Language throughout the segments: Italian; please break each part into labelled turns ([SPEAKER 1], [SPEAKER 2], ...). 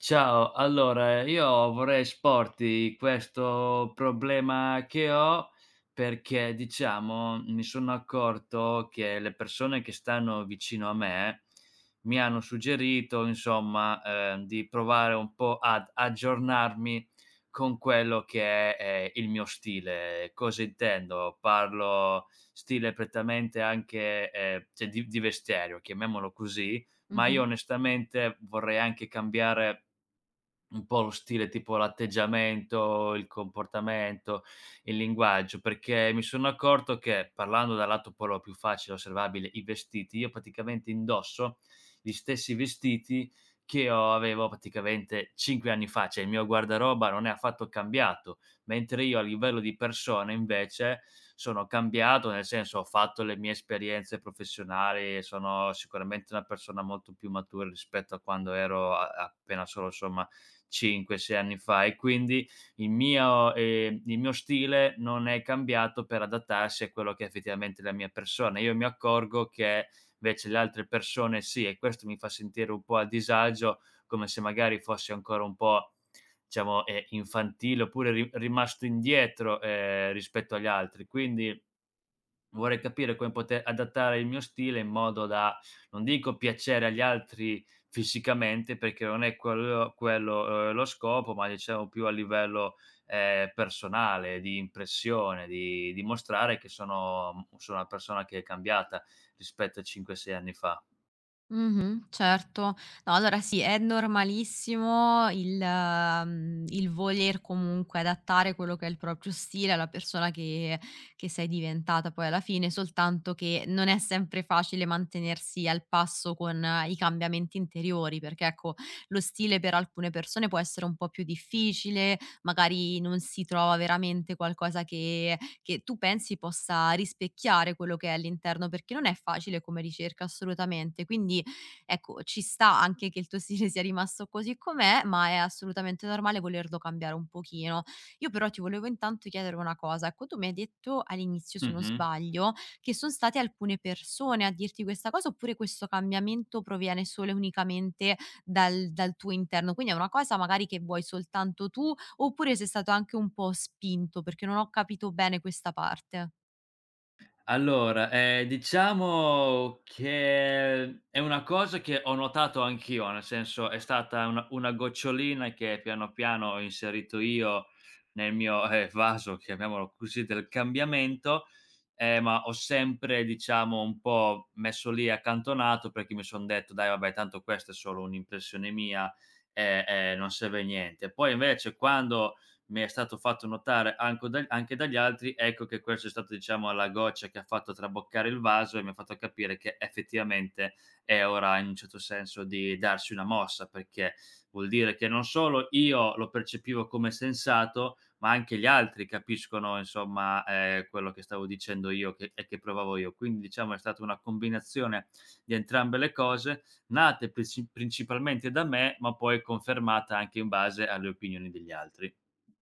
[SPEAKER 1] Ciao, allora io vorrei esporti questo problema che ho perché, diciamo, mi sono accorto che le persone che stanno vicino a me mi hanno suggerito, insomma, di provare un po' ad aggiornarmi con quello che è, il mio stile. Cosa intendo? Parlo stile prettamente anche, cioè di vestiario, chiamiamolo così, ma io
[SPEAKER 2] Mh-mh.
[SPEAKER 1] onestamente vorrei anche cambiare un po' lo stile, tipo l'atteggiamento, il comportamento, il linguaggio, perché mi sono accorto che, parlando dal lato polo più facile osservabile, i vestiti, io praticamente indosso gli stessi vestiti che ho avevo praticamente 5 anni fa, cioè il mio guardaroba non è affatto cambiato, mentre io a livello di persona invece sono cambiato, nel senso ho fatto le mie esperienze professionali, sono sicuramente una persona molto più matura rispetto a quando ero a appena solo, insomma, 5, 6 anni fa e quindi il mio stile non è cambiato per adattarsi a quello che è effettivamente la mia persona. Io mi accorgo che invece le altre persone sì, e questo mi fa sentire un po' a disagio, come se magari fossi ancora un po' diciamo, infantile oppure ri rimasto indietro, rispetto agli altri. Quindi vorrei capire come poter adattare il mio stile in modo da, non dico piacere agli altri fisicamente, perché non è quello, lo scopo, ma diciamo più a livello, personale, di impressione, di dimostrare che sono, sono una persona che è cambiata rispetto a 5, 6 anni fa.
[SPEAKER 2] Mh-mh, certo. No, allora sì, è normalissimo il il voler comunque adattare quello che è il proprio stile alla persona che sei diventata poi alla fine, soltanto che non è sempre facile mantenersi al passo con i cambiamenti interiori, perché ecco, lo stile per alcune persone può essere un po' più difficile, magari non si trova veramente qualcosa che tu pensi possa rispecchiare quello che è all'interno, perché non è facile come ricerca assolutamente. Ecco, ci sta anche che il tuo stile sia rimasto così com'è, ma è assolutamente normale volerlo cambiare un pochino. Io però ti volevo intanto chiedere una cosa. Ecco, tu mi hai detto all'inizio, se non
[SPEAKER 1] Mh-mh.
[SPEAKER 2] sbaglio, che sono state alcune persone a dirti questa cosa, oppure questo cambiamento proviene solo e unicamente dal tuo interno? Quindi è una cosa magari che vuoi soltanto tu, oppure sei stato anche un po' spinto, perché non ho capito bene questa parte.
[SPEAKER 1] Allora, diciamo che è una cosa che ho notato anch'io, nel senso è stata una gocciolina che piano piano ho inserito io nel mio, vaso, chiamiamolo così, del cambiamento, ma ho sempre diciamo un po' messo lì accantonato perché mi son detto: "Dai vabbè tanto questa è solo un'impressione mia e non serve a niente". Poi invece quando mi è stato fatto notare anco da anche dagli altri, ecco che questo è stato diciamo la goccia che ha fatto traboccare il vaso e mi ha fatto capire che effettivamente è ora in un certo senso di darsi una mossa, perché vuol dire che non solo io lo percepivo come sensato, ma anche gli altri capiscono insomma, quello che stavo dicendo io che provavo io. Quindi diciamo è stata una combinazione di entrambe le cose, nate principalmente da me, ma poi confermata anche in base alle opinioni degli altri.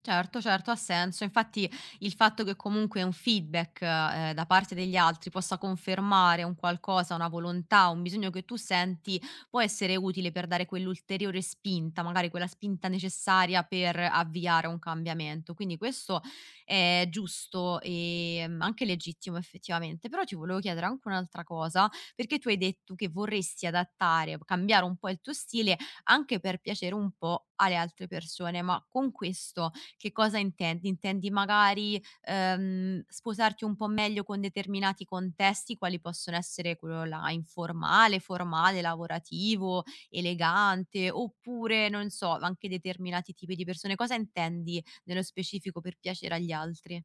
[SPEAKER 2] Certo, certo, ha senso. Infatti il fatto che comunque un feedback, da parte degli altri possa confermare un qualcosa, una volontà, un bisogno che tu senti, può essere utile per dare quell'ulteriore spinta, magari quella spinta necessaria per avviare un cambiamento. Quindi questo è giusto, anche legittimo effettivamente. Però ti volevo chiedere anche un'altra cosa, perché tu hai detto che vorresti adattare, cambiare un po' il tuo stile anche per piacere un po' alle altre persone, ma con questo che cosa intendi? Intendi magari, sposarti un po' meglio con determinati contesti, quali possono essere quello là informale, formale, lavorativo, elegante, oppure non so, anche determinati tipi di persone. Cosa intendi nello specifico per piacere agli altri?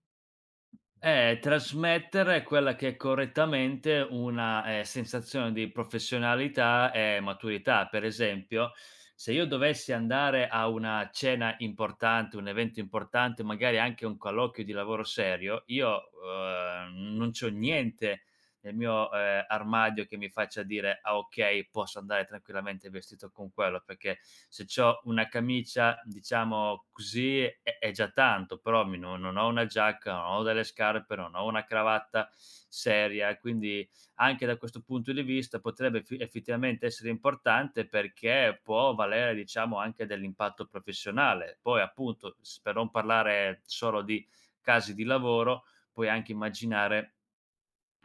[SPEAKER 1] Trasmettere quella che è correttamente una, sensazione di professionalità e maturità. Per esempio, se io dovessi andare a una cena importante, un evento importante, magari anche un colloquio di lavoro serio, io, non c'ho niente nel mio, armadio che mi faccia dire: "Ah okay, posso andare tranquillamente vestito con quello", perché se c'ho una camicia, diciamo così, è già tanto, però mi non ho una giacca, non ho delle scarpe, non ho una cravatta seria, quindi anche da questo punto di vista potrebbe effi effettivamente essere importante perché può valere, diciamo, anche dell'impatto professionale. Poi appunto, s per non parlare solo di casi di lavoro, puoi anche immaginare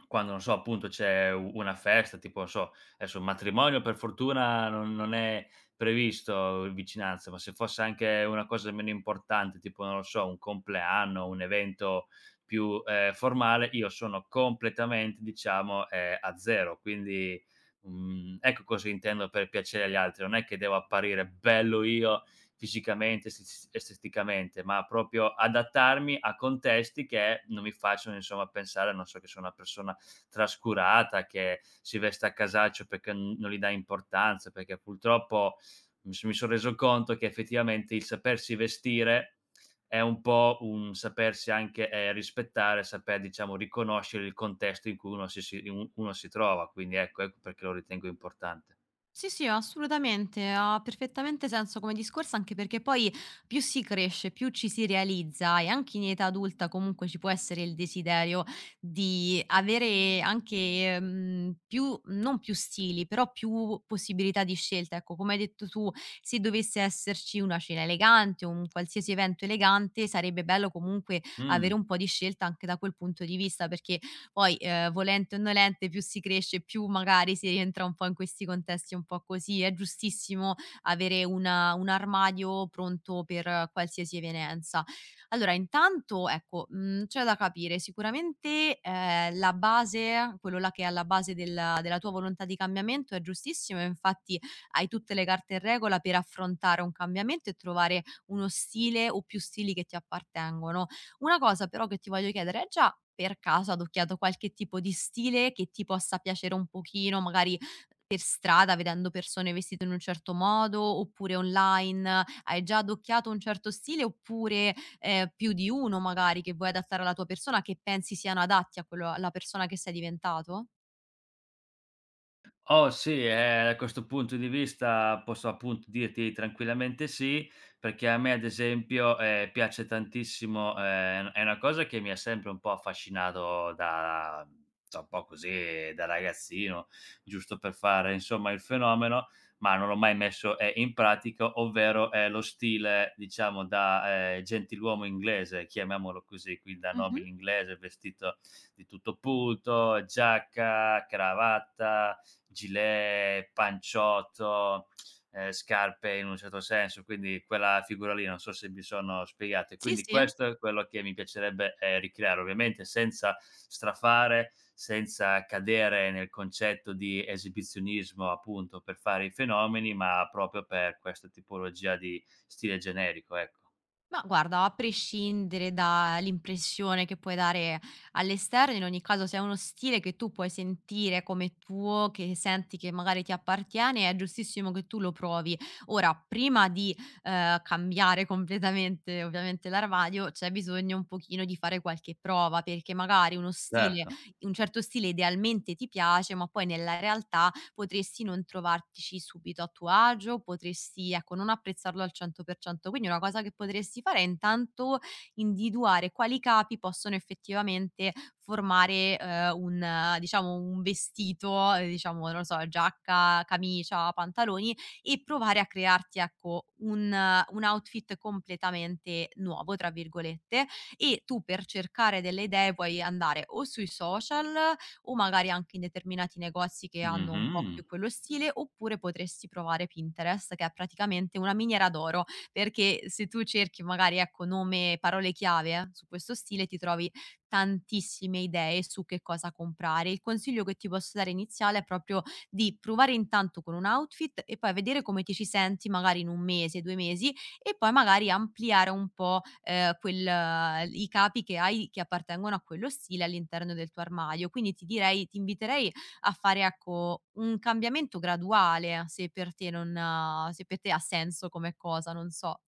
[SPEAKER 1] quando, non so, appunto c'è u una festa, tipo non so, adesso un matrimonio per fortuna non è previsto in vicinanza, ma se fosse anche una cosa meno importante, tipo non lo so, un compleanno, un evento più, formale, io sono completamente diciamo, a zero. Quindi, ecco cosa intendo per piacere agli altri, non è che devo apparire bello io fisicamente, esti esteticamente, ma proprio adattarmi a contesti che non mi facciano insomma pensare, non so, che sono una persona trascurata, che si veste a casaccio perché n non gli dà importanza, perché purtroppo mi son reso conto che effettivamente il sapersi vestire è un po' un sapersi anche, rispettare, saper diciamo riconoscere il contesto in cui uno si trova, quindi ecco perché lo ritengo importante.
[SPEAKER 2] Sì, sì, assolutamente, ha perfettamente senso come discorso, anche perché poi più si cresce, più ci si realizza e anche in età adulta comunque ci può essere il desiderio di avere anche più, non più stili, però più possibilità di scelta. Ecco, come hai detto tu, se dovesse esserci una cena elegante, o un qualsiasi evento elegante, sarebbe bello comunque avere
[SPEAKER 1] Mh.
[SPEAKER 2] un po' di scelta anche da quel punto di vista, perché poi, volente o nolente più si cresce, più magari si rientra un po' in questi contesti un po' così. È giustissimo avere una un armadio pronto per qualsiasi evenienza. Allora intanto, ecco, c'è da capire sicuramente, la base, quello là che è alla base della tua volontà di cambiamento è giustissimo e infatti hai tutte le carte in regola per affrontare un cambiamento e trovare uno stile o più stili che ti appartengono. Una cosa però che ti voglio chiedere, hai già per caso adocchiato qualche tipo di stile che ti possa piacere un pochino, magari per strada vedendo persone vestite in un certo modo, oppure online? Hai già adocchiato un certo stile oppure, più di uno magari che vuoi adattare alla tua persona, che pensi siano adatti a quello alla persona che sei diventato?
[SPEAKER 1] Oh sì, da questo punto di vista posso appunto dirti tranquillamente sì, perché a me ad esempio, piace tantissimo è una cosa che mi ha sempre un po' affascinato da cioè un po' così da ragazzino, giusto per fare insomma il fenomeno, ma non l'ho mai messo, in pratica, ovvero è lo stile diciamo da, gentiluomo inglese, chiamiamolo così, quindi da
[SPEAKER 2] Mh-mh.
[SPEAKER 1] nobile inglese vestito di tutto punto, giacca, cravatta, gilet, panciotto, scarpe in un certo senso, quindi quella figura lì, non so se mi sono spiegato. E
[SPEAKER 2] Sì,
[SPEAKER 1] quindi
[SPEAKER 2] sì.
[SPEAKER 1] questo è quello che mi piacerebbe, ricreare, ovviamente senza strafare, senza cadere nel concetto di esibizionismo, appunto, per fare i fenomeni, ma proprio per questa tipologia di stile generico, ecco.
[SPEAKER 2] Ma guarda, a prescindere dall'impressione che puoi dare all'esterno, in ogni caso se è uno stile che tu puoi sentire come tuo, che senti che magari ti appartiene, è giustissimo che tu lo provi. Ora, prima di cambiare completamente ovviamente l'armadio, c'è bisogno un pochino di fare qualche prova, perché magari uno stile,
[SPEAKER 1] Certo.
[SPEAKER 2] un certo stile idealmente ti piace, ma poi nella realtà potresti non trovartici subito a tuo agio, potresti, ecco, non apprezzarlo al 100%. Quindi una cosa che potresti fare è intanto individuare quali capi possono effettivamente formare, un diciamo un vestito, diciamo, non lo so, giacca, camicia, pantaloni e provare a crearti, ecco, un outfit completamente "nuovo" tra virgolette e tu per cercare delle idee puoi andare o sui social o magari anche in determinati negozi che hanno un po' più
[SPEAKER 1] Mh-mh.
[SPEAKER 2] quello stile, oppure potresti provare Pinterest, che è praticamente una miniera d'oro, perché se tu cerchi magari, ecco, nome, parole chiave su questo stile, ti trovi tantissime idee su che cosa comprare. Il consiglio che ti posso dare iniziale è proprio di provare intanto con un outfit e poi vedere come ti ci senti magari in un mese, due mesi e poi magari ampliare un po', quel i capi che hai che appartengono a quello stile all'interno del tuo armadio. Quindi ti inviterei a fare, ecco, un cambiamento graduale se per te non ha- se per te ha senso come cosa, non so.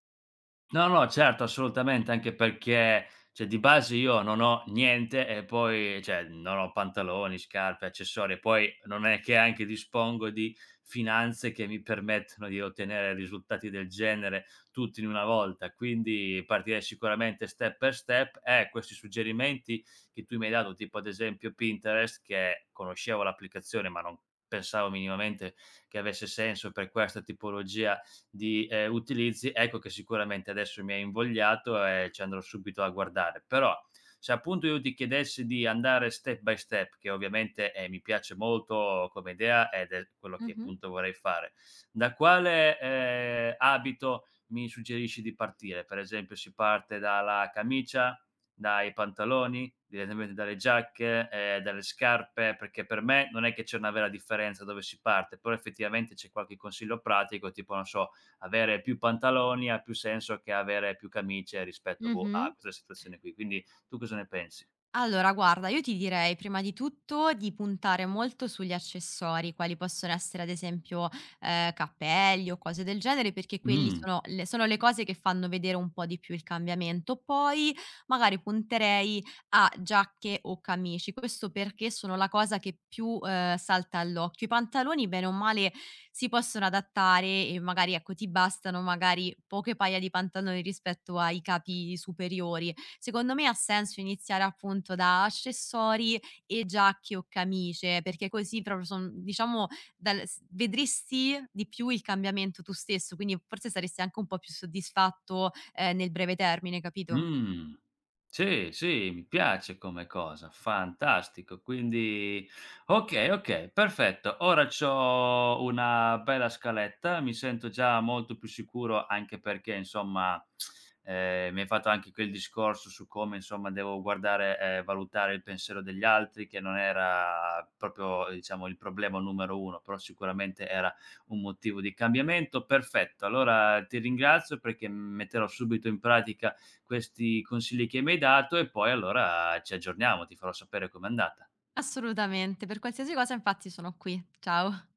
[SPEAKER 1] No, no, certo, assolutamente, anche perché, cioè, di base io non ho niente e poi cioè, non ho pantaloni, scarpe, accessori e poi non è che anche dispongo di finanze che mi permettono di ottenere risultati del genere tutti in una volta, quindi partirei sicuramente step per step e questi suggerimenti che tu mi hai dato, tipo ad esempio Pinterest, che conoscevo l'applicazione ma non pensavo minimamente che avesse senso per questa tipologia di, utilizzi, ecco che sicuramente adesso mi hai invogliato e ci andrò subito a guardare. Però se appunto io ti chiedessi di andare step by step, che ovviamente, mi piace molto come idea ed è quello che
[SPEAKER 2] Mh-mh.
[SPEAKER 1] appunto vorrei fare, da quale, abito mi suggerisci di partire? Per esempio si parte dalla camicia, dai pantaloni, direttamente dalle giacche, dalle scarpe? Perché per me non è che c'è una vera differenza dove si parte, però effettivamente c'è qualche consiglio pratico, tipo non so, avere più pantaloni ha più senso che avere più camicie rispetto, boh,
[SPEAKER 2] Mh-mh.
[SPEAKER 1] a questa situazione qui. Quindi tu cosa ne pensi?
[SPEAKER 2] Allora, guarda, io ti direi prima di tutto di puntare molto sugli accessori, quali possono essere ad esempio cappelli o cose del genere, perché quelli
[SPEAKER 1] Mh.
[SPEAKER 2] sono le cose che fanno vedere un po' di più il cambiamento. Poi magari punterei a giacche o camici, questo perché sono la cosa che più salta all'occhio. I pantaloni, bene o male, si possono adattare e magari ecco, ti bastano magari poche paia di pantaloni rispetto ai capi superiori. Secondo me ha senso iniziare appunto da accessori e giacche o camicie, perché così proprio son diciamo dal s vedresti di più il cambiamento tu stesso, quindi forse saresti anche un po' più soddisfatto, nel breve termine, capito?
[SPEAKER 1] Mh. Sì, sì, mi piace come cosa, fantastico. Quindi okay, okay, perfetto. Ora c'ho una bella scaletta, mi sento già molto più sicuro anche perché insomma, mi hai fatto anche quel discorso su come insomma devo guardare e valutare il pensiero degli altri, che non era proprio, diciamo, il problema numero 1, però sicuramente era un motivo di cambiamento. Perfetto, allora ti ringrazio perché metterò subito in pratica questi consigli che mi hai dato e poi allora ci aggiorniamo, ti farò sapere com'è andata.
[SPEAKER 2] Assolutamente, per qualsiasi cosa infatti sono qui. Ciao.